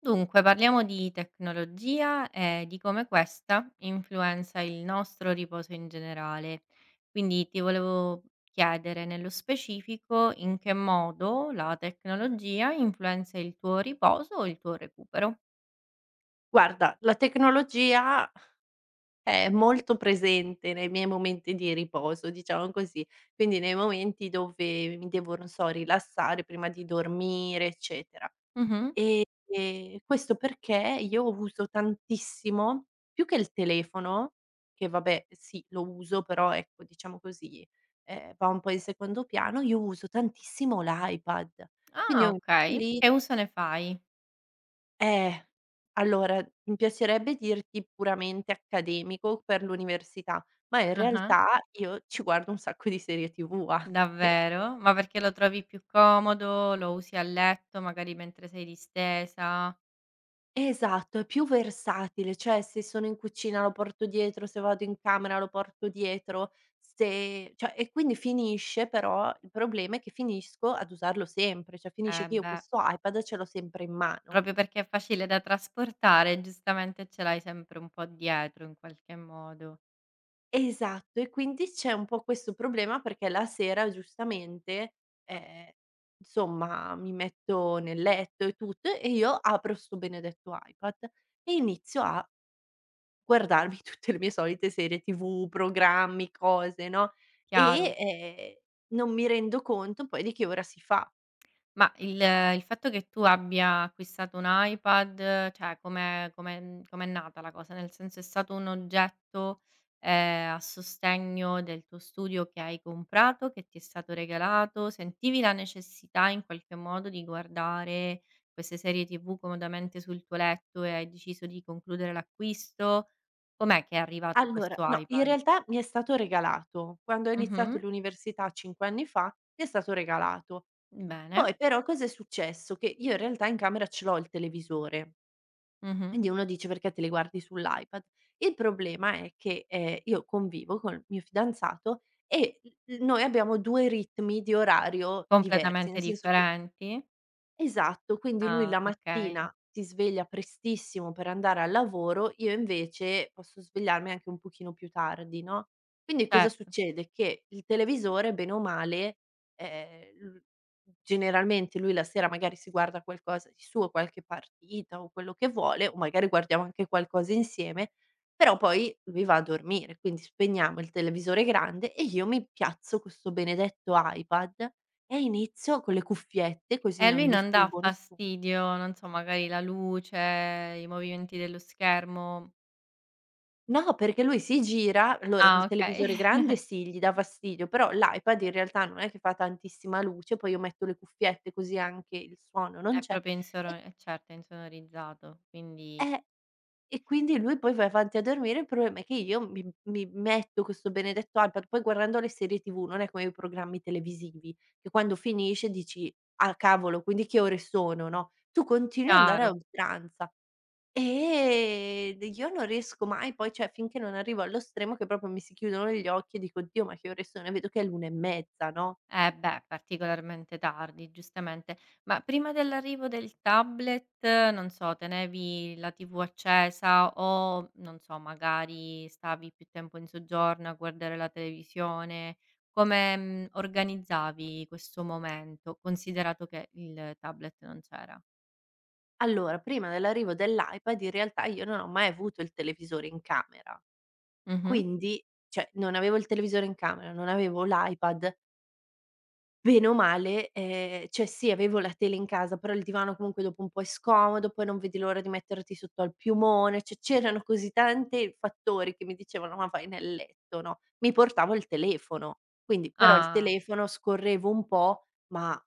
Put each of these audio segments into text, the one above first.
Dunque, parliamo di tecnologia e di come questa influenza il nostro riposo in generale. Quindi ti volevo chiedere nello specifico in che modo la tecnologia influenza il tuo riposo o il tuo recupero. Guarda, la tecnologia è molto presente nei miei momenti di riposo, diciamo così. Quindi nei momenti dove mi devo, non so, rilassare prima di dormire, eccetera. Mh-mh. Ehm, e questo perché io uso tantissimo, più che il telefono, che vabbè sì, lo uso, però ecco, diciamo così, va un po' in secondo piano, io uso tantissimo l'iPad. Quindi Ah, io mi metto okay. lì, Che uso ne fai? eh, allora mi piacerebbe dirti puramente accademico per l'università, ma in Ah-ah. realtà io ci guardo un sacco di serie TV anche. Davvero? Ma perché lo trovi più comodo? Lo usi a letto, magari mentre sei distesa? Esatto, è più versatile, cioè se sono in cucina lo porto dietro, se vado in camera lo porto dietro, se cioè e quindi finisce, però il problema è che finisco ad usarlo sempre, cioè finisce che io Beh. questo iPad ce l'ho sempre in mano. Proprio perché è facile da trasportare, giustamente ce l'hai sempre un po' dietro in qualche modo. Esatto, e quindi c'è un po' questo problema perché la sera giustamente, ehm, insomma mi metto nel letto e tutto e io apro sto benedetto iPad e inizio a guardarmi tutte le mie solite serie TV, programmi, cose, no, e, Chiaro. Non mi rendo conto poi di che ora si fa. Ma il fatto che tu abbia acquistato un iPad, cioè com'è nata la cosa? Nel senso è stato un oggetto, a sostegno del tuo studio che hai comprato, che ti è stato regalato? Sentivi la necessità in qualche modo di guardare queste serie TV comodamente sul tuo letto e hai deciso di concludere l'acquisto? Com'è che è arrivato Allora questo no, in iPad? realtà mi è stato regalato. Quando ho iniziato Mh-mh. l'università 5 anni fa, mi è stato regalato. Bene. Poi però cosa è successo? Che io in realtà in camera ce l'ho il televisore, Mh-mh. quindi uno dice: "Perché te li guardi sull'iPad?" Il problema è che, io convivo col mio fidanzato e, noi abbiamo 2 ritmi di orario diversi, Completamente nel senso che... differenti? Esatto, quindi lui Ah, la okay. mattina si sveglia prestissimo per andare al lavoro, io invece posso svegliarmi anche un pochino più tardi, no, quindi cosa Certo. succede? Che il televisore bene o male, l generalmente lui la sera magari si guarda qualcosa di suo, qualche partita o quello che vuole, o magari guardiamo anche qualcosa insieme, però poi lui va a dormire, quindi spegniamo il televisore grande e io mi piazzo questo benedetto iPad e inizio con le cuffiette, E così a non lui non dà disturbo nessuno. fastidio, non so, magari la luce, i movimenti dello schermo? No, perché lui si gira, allora il Ah, okay. televisore grande sì, gli dà fastidio, però l'iPad in realtà non è che fa tantissima luce, poi io metto le cuffiette così anche il suono non È c'è. proprio insoro e eh certo, è insonorizzato, quindi eh, e quindi lui poi va avanti a dormire, il problema è che io mi metto questo benedetto iPad, poi guardando le serie TV non è come i programmi televisivi, che quando finisce dici: "Ah cavolo, quindi che ore sono?" No, tu continui ad andare a chiaro. oltranza. D io non riesco mai poi cioè finché non arrivo allo stremo che proprio mi si chiudono gli occhi e dico: "Dio, ma che ore sono?" E vedo che è l'1 e mezza, no, Eh beh, particolarmente tardi, giustamente. Ma prima dell'arrivo del tablet, non so, tenevi la TV accesa o, non so, magari stavi più tempo in soggiorno a guardare la televisione? Come, organizzavi questo momento, considerato che il tablet non c'era? allora prima dell'arrivo dell'iPad in realtà io non ho mai avuto il televisore in camera, Mh-mh. quindi cioè non avevo il televisore in camera, non avevo l'iPad. Bene o male, cioè sì avevo la tele in casa, però il divano comunque dopo un po' è scomodo, poi non vedi l'ora di metterti sotto al piumone, cioè c'erano così tanti fattori che mi dicevano: "Ma vai nel letto", no, mi portavo il telefono, quindi però il Ah, telefono scorrevo un po', ma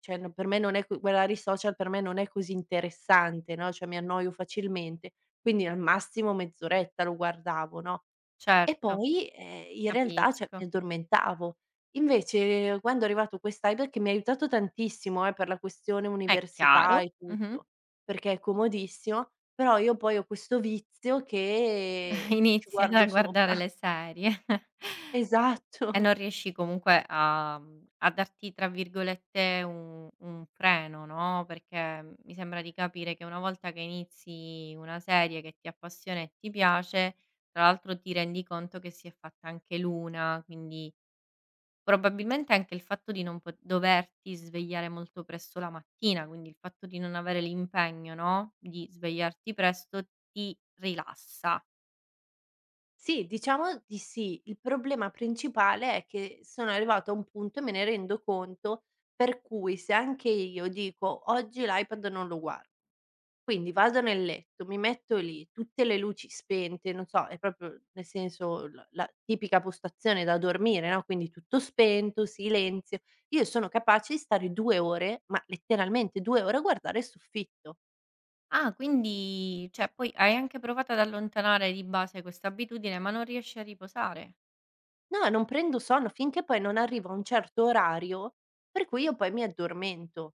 cioè no per me non è co guardare i social per me non è così interessante, no, cioè mi annoio facilmente, quindi al massimo mezz'oretta lo guardavo, no? E certo, poi, in realtà, cioè, capisco. mi addormentavo. Invece quando è arrivato quest'Hyper, che mi ha aiutato tantissimo, per la questione È università chiaro. e Mh-mh. tutto, perché è comodissimo, però io poi ho questo vizio che ci Inizi guardo a sopra. guardare le serie. E Esatto. non riesci comunque a a darti tra virgolette "un freno", no, perché mi sembra di capire che una volta che inizi una serie che ti appassiona e ti piace, tra l'altro ti rendi conto che si è fatta anche l'una, quindi probabilmente anche il fatto di non po doverti svegliare molto presto la mattina, quindi il fatto di non avere l'impegno, no, di svegliarti presto ti rilassa. Sì, diciamo di sì. Il problema principale è che sono arrivata a un punto, e me ne rendo conto, per cui se anche io dico: "Oggi l'iPad non lo guardo". Quindi vado nel letto, mi metto lì, tutte le luci spente, non so, è proprio nel senso la tipica postazione da dormire, no, quindi tutto spento, silenzio. Io sono capace di stare 2 ore, ma letteralmente 2 ore a guardare il soffitto. Ah, quindi cioè poi hai anche provato ad allontanare di base questa abitudine, ma non riesci a riposare. No, non prendo sonno finché poi non arrivo a un certo orario per cui io poi mi addormento.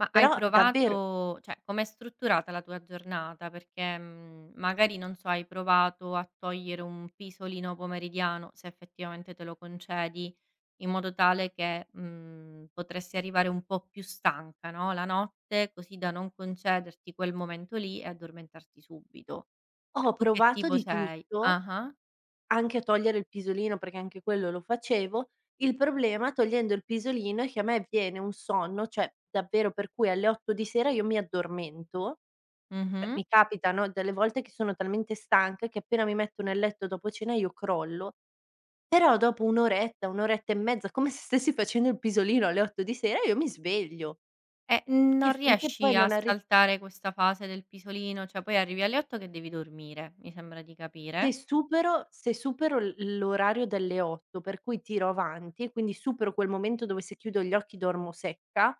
Ma hai Però davvero provato com'è strutturata la tua giornata? Perché, magari non so, hai provato a togliere un pisolino pomeridiano, se effettivamente te lo concedi, in modo tale che, potresti arrivare un po' più stanca, no, la notte, così da non concederti quel momento lì e addormentarti subito. ho Tu che provato tipo di sei? tutto. Ah-ah. Anche togliere il pisolino, perché anche quello lo facevo. Il problema togliendo il pisolino è che a me viene un sonno, cioè davvero per cui alle 8 di sera io mi addormento, cioè Mh-mh. mi capitano delle volte che sono talmente stanca che appena mi metto nel letto dopo cena io crollo, però dopo 1 oretta, 1 oretta e mezza, come se stessi facendo il pisolino alle 8 di sera, io mi sveglio e Non finché poi riesci a non arri saltare questa fase del pisolino, cioè poi arrivi alle 8 che devi dormire, mi sembra di se capire. supero l'orario delle 8, per cui tiro avanti e quindi supero quel momento dove se chiudo gli occhi dormo secca,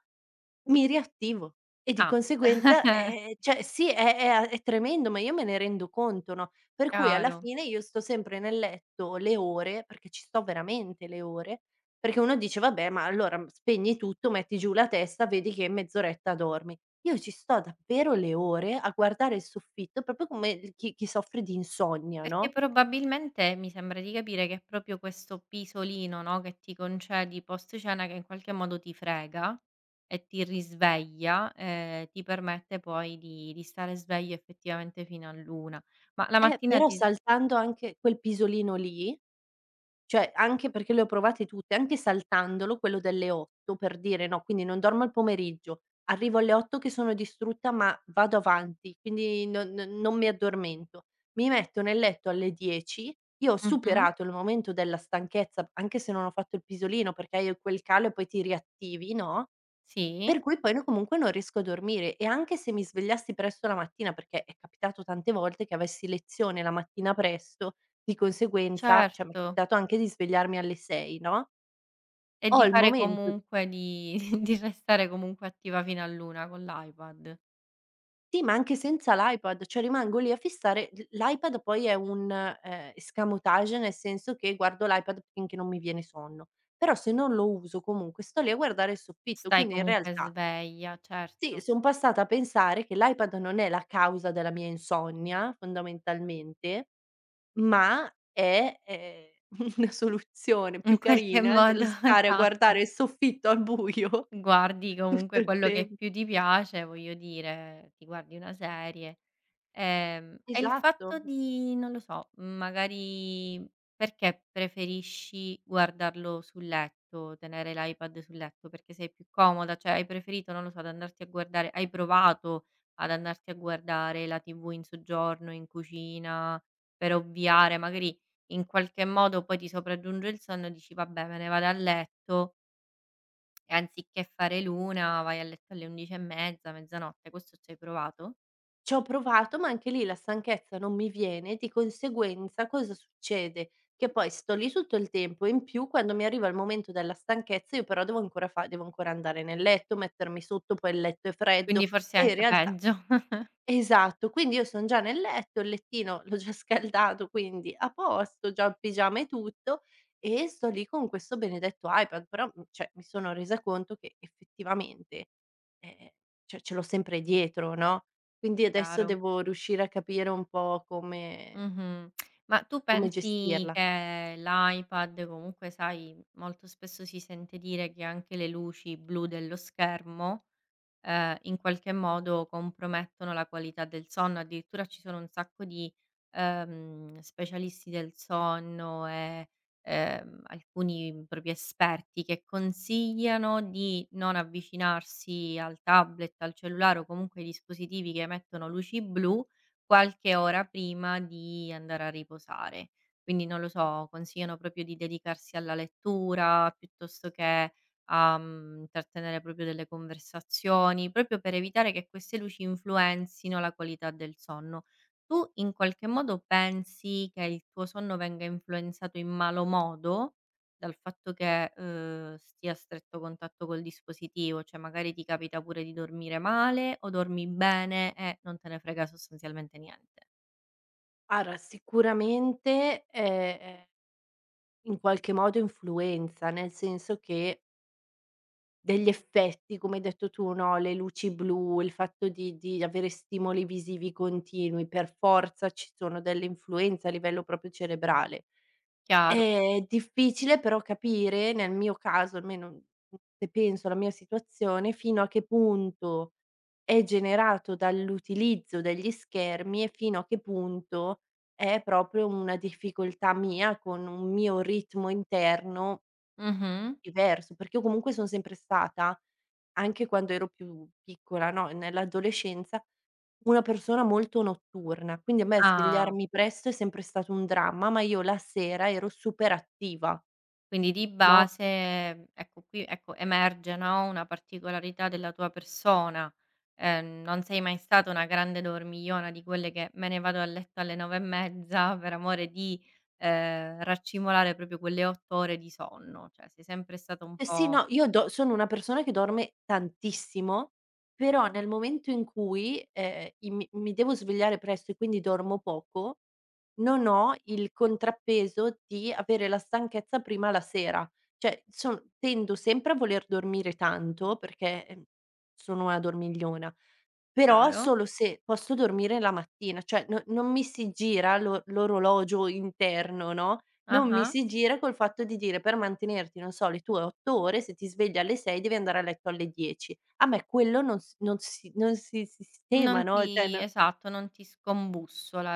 mi riattivo e di Ah, conseguenza, cioè sì è tremendo, ma io me ne rendo conto, no, per cui alla chiaro. fine io sto sempre nel letto le ore, perché ci sto veramente le ore, perché uno dice: "Vabbè, ma allora spegni tutto, metti giù la testa, vedi che in mezz'oretta dormi". Io ci sto davvero le ore a guardare il soffitto, proprio come il chi chi soffre di insonnia, Perché no, probabilmente mi sembra di capire che è proprio questo pisolino, no, che ti concedi post cena che in qualche modo ti frega e ti risveglia, ti permette poi di stare sveglio effettivamente fino all'1. Ma la mattina però ti s saltando anche quel pisolino lì, cioè anche perché le ho provate tutte, anche saltandolo, quello delle 8 per dire, no, quindi non dormo al pomeriggio, arrivo alle 8 che sono distrutta ma vado avanti, quindi non mi addormento. Mi metto nel letto alle 10, io ho Mh-mh, superato il momento della stanchezza, anche se non ho fatto il pisolino, perché hai quel calo e poi ti riattivi, no. sì, Per cui poi no comunque non riesco a dormire e anche se mi svegliassi presto la mattina, perché è capitato tante volte che avessi lezione la mattina presto, di conseguenza cioè mi è certo. capitato anche di svegliarmi alle 6, no, E ho di il fare momento comunque di di restare comunque attiva fino a all'una con l'iPad. sì, ma anche senza l'iPad, cioè rimango lì a fissare l'iPad poi è un, escamotage, nel senso che guardo l'iPad finché non mi viene sonno, però se non lo uso comunque sto lì a guardare il soffitto, Stai quindi in comunque realtà sveglia, sì, certo. son passata a pensare che l'iPad non è la causa della mia insonnia, fondamentalmente, ma è, una soluzione più In qualche carina dello modo, stare a esatto. guardare il soffitto al buio Guardi tutto comunque il quello che più tempo. ti piace, voglio dire, ti guardi una serie. E il Esatto. fatto di non lo so, magari perché preferisci guardarlo sul letto, tenere l'iPad sul letto? Perché sei più comoda? Cioè, hai preferito, non lo so, ad andarti a guardare hai provato ad andarti a guardare la TV in soggiorno, in cucina, per ovviare magari in qualche modo poi ti sopraggiunge il sonno e dici: "Vabbè, me ne vado a letto", e anziché fare l'una vai a letto alle 11 e mezza, mezzanotte. Questo ci hai provato? Ci ho provato, ma anche lì la stanchezza non mi viene, di conseguenza cosa succede? Che poi sto lì tutto il tempo e in più quando mi arriva il momento della stanchezza io però devo ancora andare nel letto, mettermi sotto, poi il letto è freddo Quindi forse è e in anche realtà... peggio. Esatto, quindi io son già nel letto, il lettino l'ho già scaldato, quindi a posto, già in pigiama e tutto, e sto lì con questo benedetto iPad, però, cioè mi sono resa conto che effettivamente, ehm, cioè ce l'ho sempre dietro, no, quindi adesso Chiaro. devo riuscire a capire un po' come Mh-mh. Ma tu come pensi gestirla. che l'iPad, comunque sai, molto spesso si sente dire che anche le luci blu dello schermo, in qualche modo compromettono la qualità del sonno. Addirittura ci sono un sacco di, specialisti del sonno e, alcuni proprio esperti che consigliano di non avvicinarsi al tablet, al cellulare o comunque ai dispositivi che emettono luci blu qualche ora prima di andare a riposare. Quindi non lo so, consigliano proprio di dedicarsi alla lettura piuttosto che a, intrattenere proprio delle conversazioni, proprio per evitare che queste luci influenzino la qualità del sonno. Tu in qualche modo pensi che il tuo sonno venga influenzato in malo modo dal fatto che, stia a stretto contatto col dispositivo? Cioè magari ti capita pure di dormire male o dormi bene e non te ne frega sostanzialmente niente? Allora sicuramente, in qualche modo influenza, nel senso che... Degli effetti, come hai detto tu, no, le luci blu, il fatto di avere stimoli visivi continui, per forza ci sono delle influenze a livello proprio cerebrale. Chiaro. È difficile però capire, nel mio caso, almeno se penso alla mia situazione, fino a che punto è generato dall'utilizzo degli schermi e fino a che punto è proprio una difficoltà mia, con un mio ritmo interno Mh-mh. diverso, perché io comunque son sempre stata anche quando ero più piccola, no, nell'adolescenza, una persona molto notturna, quindi a me Ah. svegliarmi presto è sempre stato un dramma, ma io la sera ero super attiva, Quindi di no? base, ecco emerge, no, una particolarità della tua persona. Non sei mai stata una grande dormigliona di quelle che: "Me ne vado a letto alle 9 e mezza per amore di, raccimolare proprio quelle 8 ore di sonno." Cioè sei sempre stata un Eh sì, po' no, io do sono una persona che dorme tantissimo, però nel momento in cui, i mi mi devo svegliare presto e quindi dormo poco, non ho il contrappeso di avere la stanchezza prima la sera. Cioè, son tendo sempre a voler dormire tanto perché, sono una dormigliona. Però chiaro? solo se posso dormire la mattina, cioè no non mi si gira l'orologio interno, no, non mi Ah-ah. si gira col fatto di dire per mantenerti, non so, le tue 8 ore, se ti svegli alle 6 devi andare a letto alle 10. A me quello non si sistema, Non no, cioè ti no, Esatto, non ti scombussola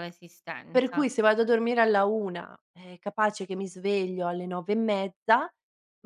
per l'esistenza. cui se vado a dormire alla 1, è capace che mi sveglio alle 9 e mezza,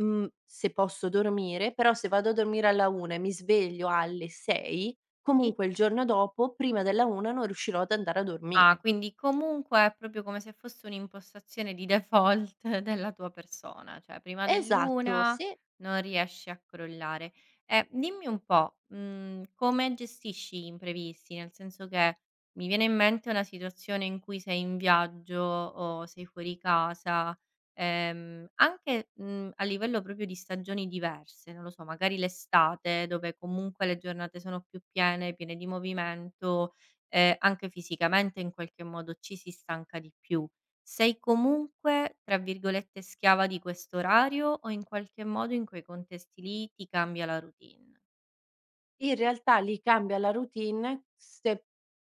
se posso dormire, però se vado a dormire alla 1 e mi sveglio alle 6, Sì. comunque il giorno dopo prima della 1 non riuscirò ad andare a Ah, dormire. quindi comunque è proprio come se fosse un'impostazione di default della tua persona, cioè prima Esatto, dell'una sì. non riesci a crollare. E dimmi un po', come gestisci gli imprevisti? Nel senso che mi viene in mente una situazione in cui sei in viaggio o sei fuori casa, anche, a livello proprio di stagioni diverse, non lo so, magari l'estate dove comunque le giornate sono più piene, piene di movimento, anche fisicamente in qualche modo ci si stanca di più. Sei comunque, tra virgolette, "schiava" di questo orario o in qualche modo in quei contesti lì ti cambia la routine? In realtà li cambia la routine, se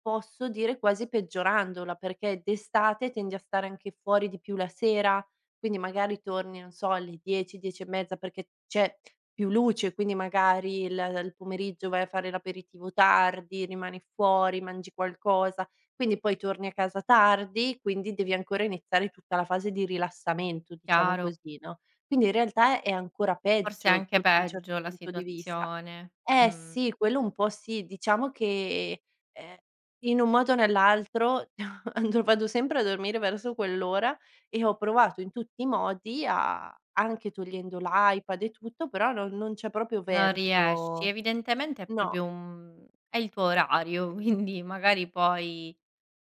posso dire quasi peggiorandola, perché d'estate tendi a stare anche fuori di più la sera, quindi magari torni, non so, alle 10, 10 e mezza perché c'è più luce, quindi magari il pomeriggio vai a fare l'aperitivo tardi, rimani fuori, mangi qualcosa, quindi poi torni a casa tardi, quindi devi ancora iniziare tutta la fase di rilassamento, diciamo Chiaro, così, no, quindi in realtà è ancora forse è peggio anche sotto un certo peggio la punto di vista. situazione. Eh Mh. sì, quello un po' sì. Diciamo che, ehm, in un modo o nell'altro andr vado sempre a dormire verso quell'ora e ho provato in tutti i modi a anche togliendo l'iPad e tutto, però non c'è proprio Non riesci. verso. Evidentemente è No, proprio un è il tuo orario, quindi magari poi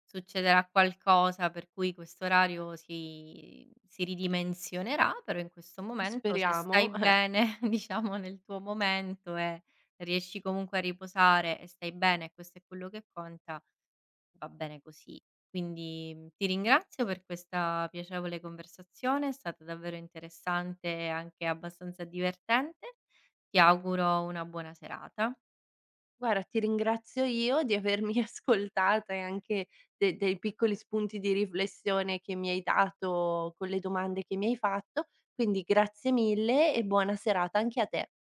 succederà qualcosa per cui questo orario si ridimensionerà, però in questo momento se speriamo. stai bene, diciamo nel tuo momento e riesci comunque a riposare e stai bene e questo è quello che conta, va bene così. Quindi, ti ringrazio per questa piacevole conversazione, è stata davvero interessante e anche abbastanza divertente. Ti auguro una buona serata. Guarda, ti ringrazio io di avermi ascoltata e anche de dei piccoli spunti di riflessione che mi hai dato con le domande che mi hai fatto, quindi grazie mille e buona serata anche a te.